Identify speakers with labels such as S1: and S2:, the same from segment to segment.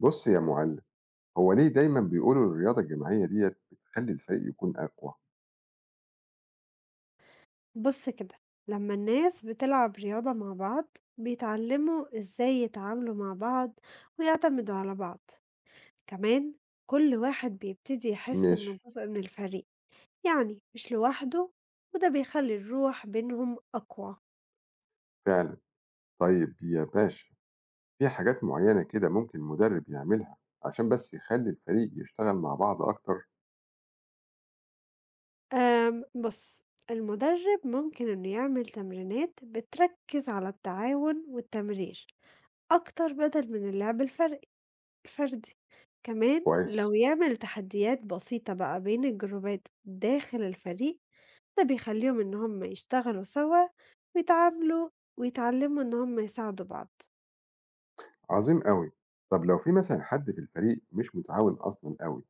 S1: بُص يا مُعلِّم، هو ليه دايمًا بيقولوا الرياضة الجماعية ديّة بتخلّي الفريق يكون أقوى؟
S2: بُص كده، لمّا الناس بتلعب رياضة مع بعض، بيتعلموا إزاي يتعاملوا مع بعض ويعتمدوا على بعض، كمان كل واحد بيبتدي يحس
S1: ماشي.
S2: إنه جزء من الفريق، يعني مش لوحده وده بيخلّي الروح بينهم أقوى.
S1: فعلًا. طيب يا باشا، في حاجات معيّنة كده ممكن المدرب يعملها عشان بس يخلّي الفريق يشتغل مع بعض أكتر؟
S2: بُص، المُدرب ممكن إنه يعمل تمرينات بتركّز على التعاون والتمرير أكتر بدل من اللعب الفردي. الفردي، كمان لو
S1: كويس.
S2: يعمل تحديات بسيطة بقى بين الجروبات داخل الفريق، ده بيخليهم إن هم يشتغلوا سوا ويتعاملوا ويتعلموا إن هم يساعدوا بعض.
S1: عظيم أوي. طب لو في مثلًا حد في الفريق مش متعاون أصلًا أوي،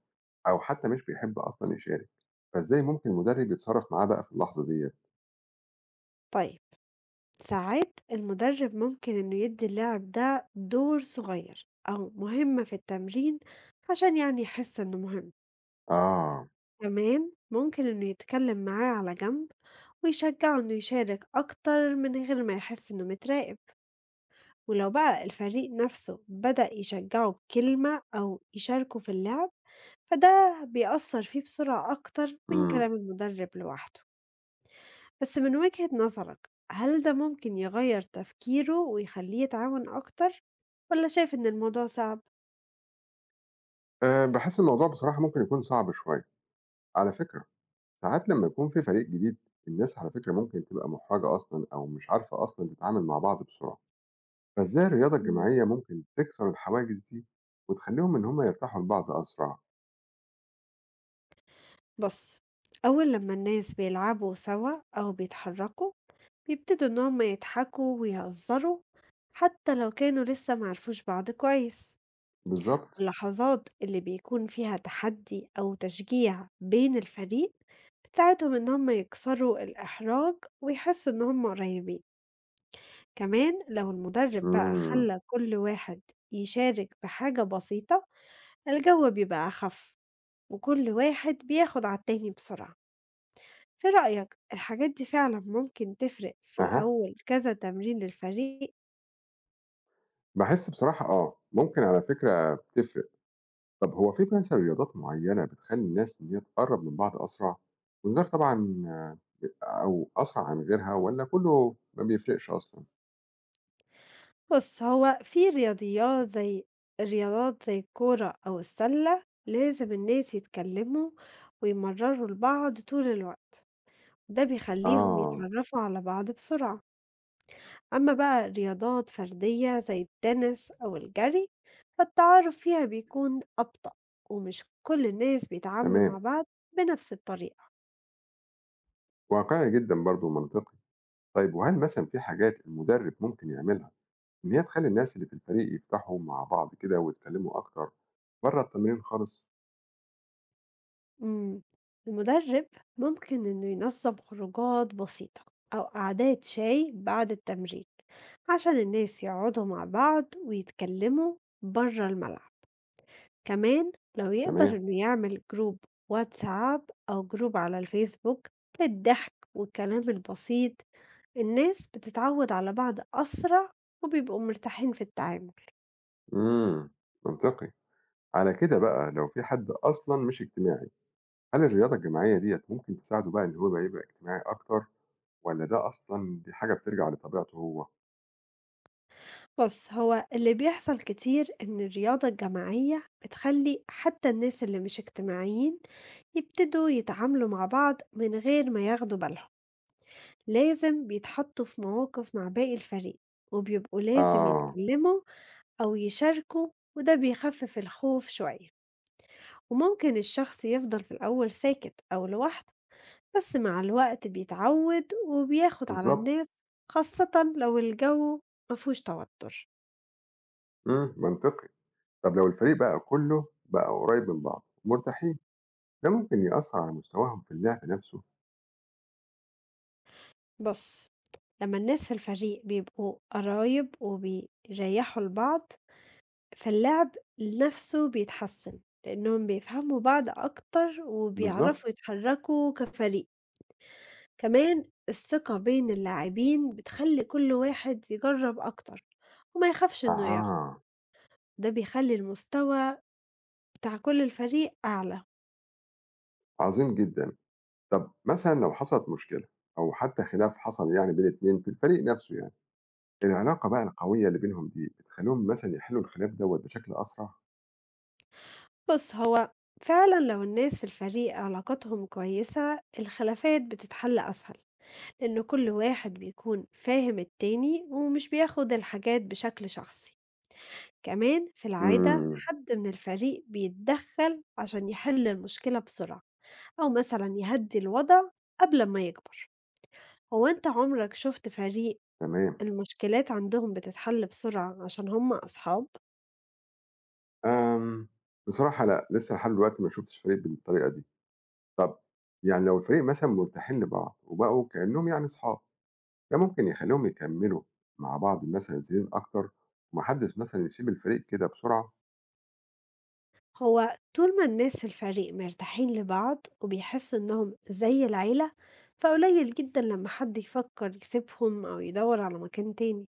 S1: أو حتى مش بيحب أصلًا يشارك، فإزاي ممكن المدرب يتصرّف معاه بقى في اللحظة ديّة؟
S2: طيب ساعات المدرب ممكن إنه يدي اللاعب ده دور صغير أو مهمة في التمرين عشان يعني يحس إنه مهم،
S1: آه.
S2: كمان ممكن إنه يتكلم معاه على جنب ويشجعه إنه يشارك أكتر من غير ما يحس إنه متراقب. ولو بقى الفريق نفسه بدأ يشجعه بكلمة أو يشاركه في اللعب فده بيأثر فيه بسرعة أكتر من
S1: إمم.
S2: كلام المدرب لوحده. بس من وجهة نظرك، هل ده ممكن يغير تفكيره ويخليه يتعاون أكتر ولا شايف إن الموضوع صعب؟
S1: باحس الموضوع بصراحة ممكن يكون صعب شوية. على فكرة، ساعات لما يكون في فريق جديد، الناس على فكرة ممكن تبقى محرجة أصلا أو مش عارفة أصلا تتعامل مع بعض بسرعة، فإزاي الرياضة
S2: مم.
S1: الجماعية ممكن تكسر الحواجز دي، وتخليهم إن هما يرتاحوا لبعض أسرع؟
S2: بص، أول لما الناس بيلعبوا سوا أو بيتحركوا بيبتدوا إن هما يضحكوا ويهزروا حتى لو كانوا لسه معرفوش بعض كويس.
S1: بالظبط.
S2: اللحظات اللي بيكون فيها تحدي أو تشجيع بين الفريق بتساعدهم إن هم يكسروا الإحراج ويحسوا إن هم قريبين. كمان لو المدرب بقى
S1: مم.
S2: خلى كل واحد يشارك بحاجة بسيطة، الجو بيبقى أخف وكل واحد بياخد على التاني بسرعة. في رأيك الحاجات دي فعلا ممكن تفرق في
S1: أها،
S2: الأول كذا تمرين للفريق؟
S1: بحس بصراحة آه ممكن على فكرة بتفرق. طب هو في مثلا رياضات معينة بتخلي الناس إن هي تقرب من بعض أسرع من غير طبعا أو أسرع عن غيرها، ولا كله ما بيفرقش أصلا؟
S2: بُص، هو في رياضيات زي الرياضات زي الكورة أو السلة، لازم الناس يتكلّموا ويمرّروا لبعض طول الوقت، ده بيخلّيهم
S1: آه.
S2: يتعرّفوا على بعض بسرعة. أمّا بقى رياضات فردية زي التنس أو الجري، فالتعارف فيها بيكون أبطأ، ومش كل الناس بيتعاملوا
S1: تمام.
S2: مع بعض بنفس الطريقة.
S1: واقعي جدا برضو ومنطقي. طيب، وهل مثلًا في حاجات المدرب ممكن يعملها إن هي تخلّي الناس اللي في الفريق يفتحوا مع بعض كده ويتكلموا أكتر برّه التمرين خالص؟
S2: إمم، المدرب ممكن إنه ينظم خروجات بسيطة أو قعدات شاي بعد التمرين، عشان الناس يقعدوا مع بعض ويتكلموا برّه الملعب، كمان لو يقدر
S1: تمام.
S2: إنه يعمل جروب واتساب أو جروب على الفيسبوك للضحك والكلام البسيط، الناس بتتعود على بعض أسرع وبيبقوا مرتاحين في التعامل.
S1: إمم، منطقي. على كده بقى، لو في حد أصلًا مش اجتماعي، هل الرياضة الجماعية ديّة ممكن تساعده بقى إن هو يبقى اجتماعي أكتر، والّا ده أصلًا دي حاجة بترجع لطبيعته هو؟
S2: بُص، هو اللي بيحصل كتير إن الرياضة الجماعية بتخلّي حتى الناس اللي مش اجتماعيين يبتدوا يتعاملوا مع بعض من غير ما ياخدوا بالهم، لازم بيتحطّوا في مواقف مع باقي الفريق، وبيبقوا لازم
S1: آه.
S2: يتكلّموا أو يشاركوا وده بيخفف الخوف شوية، وممكن الشخص يفضل في الأول ساكت أو لوحده، بس مع الوقت بيتعوّد وبياخد على
S1: بالضبط.
S2: الناس، خاصةً لو الجو ما فيهوش توتر.
S1: إمم، منطقي. طب لو الفريق بقى كله بقى قريب من بعض ومرتاحين، ده ممكن يأثّر على مستواهم في اللعب نفسه؟
S2: بُص، لمّا الناس في الفريق بيبقوا قرايب وبيريّحوا لبعض، فاللعب نَفْسه بيتحسّن، لإنّهم بيفهموا بعض أكتر وبيعرفوا
S1: بالضبط.
S2: يتحرّكوا كفريق، كمان الثقة بين اللاعبين بتخلّي كل واحد يجرّب أكتر وما يخافش إنه يغلط،
S1: أها.
S2: ده بيخلّي المستوى بتاع كل الفريق أعلى.
S1: عظيم جدًا. طب مثلًا لو حصلت مشكلة أو حتى خلاف حصل يعني بين اتنين في الفريق نفسه يعني، العلاقة بقى القوية اللي بينهم دي بتخلّيهم مثلًا يحلّوا الخلاف دوّة بشكل أسرع؟
S2: بُص، هو فعلًا لو الناس في الفريق علاقاتهم كويسة، الخلافات بتتحل أسهل. لأن كل واحد بيكون فاهم التاني ومش بياخد الحاجات بشكل شخصي. كمان في العادة
S1: إمم.
S2: حد من الفريق بيتدخل عشان يحل المشكلة بسرعة، أو مثلا يهدي الوضع قبل ما يكبر. هو أنت عمرك شفت فريق
S1: تمام.
S2: المشكلات عندهم بتتحل بسرعة عشان هم أصحاب؟
S1: آمم، بصراحة لأ، لسه لحد دلوقتي ما شُفتش فريق بالطريقة دي. طب، يعني لو الفريق مثلًا مرتاحين لبعض وبقوا كإنّهم يعني أصحاب، ده ممكن يخلّيهم يكمّلوا مع بعض مثلًا سنين أكتر، وما حدّش مثلًا يسيب الفريق كده بسرعة؟
S2: هو طول ما الناس في الفريق مرتاحين لبعض وبيحسوا إنهم زي العيلة فقليل جدا لما حد يفكر يسيبهم أو يدور على مكان تاني.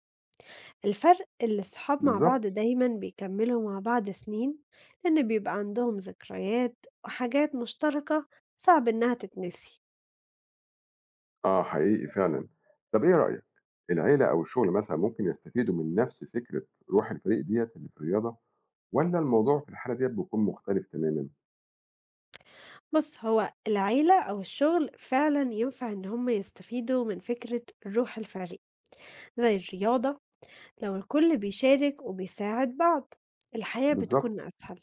S2: الفرق اللي الصحاب مع بعض
S1: بالضبط.
S2: دايمًا بيكمّلوا مع بعض سنين، لإن بيبقى عندهم ذكريات وحاجات مشتركة صعب إنها تتنسي.
S1: آه، حقيقي فعلا. طب إيه رأيك؟ العيلة أو الشغل مثلا ممكن يستفيدوا من نفس فكرة روح الفريق ديت اللي في الرياضة، ولا الموضوع في الحالة ديت بيكون مختلف تماما؟
S2: بُص، هو العيلة أو الشغل فعلًا ينفع إن هم يستفيدوا من فكرة روح الفريق، زي الرياضة لو الكل بيشارك وبيساعد بعض، الحياة بتكون
S1: بالظبط.
S2: أسهل.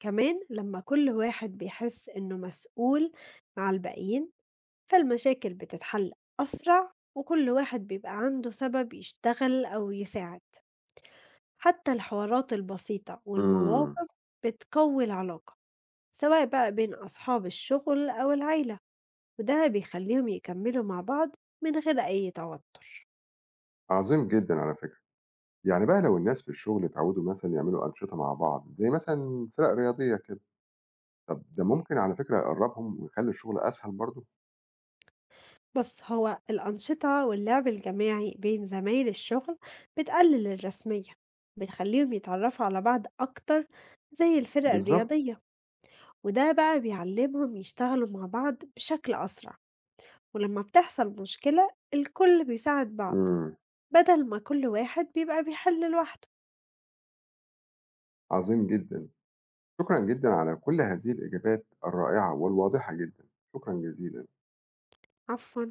S2: كمان لمّا كل واحد بيحس إنه مسؤول مع الباقيين فالمشاكل بتتحل أسرع وكل واحد بيبقى عنده سبب يشتغل أو يساعد. حتى الحوارات البسيطة
S1: امم.
S2: والمواقف بتقوي العلاقة سواء بقى بين أصحاب الشغل أو العيلة، وده بيخليهم يكملوا مع بعض من غير أي توتر.
S1: عظيم جدا على فكرة. يعني بقى لو الناس في الشغل اتعودوا مثلا يعملوا أنشطة مع بعض زي مثلا فرق رياضية كده، طب ده ممكن على فكرة يقربهم ويخلي الشغل أسهل برضه؟
S2: بس هو الأنشطة واللعب الجماعي بين زمايل الشغل بتقلل الرسمية، بتخليهم يتعرفوا على بعض أكتر زي الفرق
S1: بالظبط.
S2: الرياضية، وده بقى بيعلمهم يشتغلوا مع بعض بشكل أسرع. ولما بتحصل مشكلة الكل بيساعد بعض
S1: امم.
S2: بدل ما كل واحد بيبقى بيحل لوحده.
S1: عظيم جدا. شكرا جدا على كل هذه الإجابات الرائعة والواضحة جدا. شكرا جزيلا.
S2: عفوا.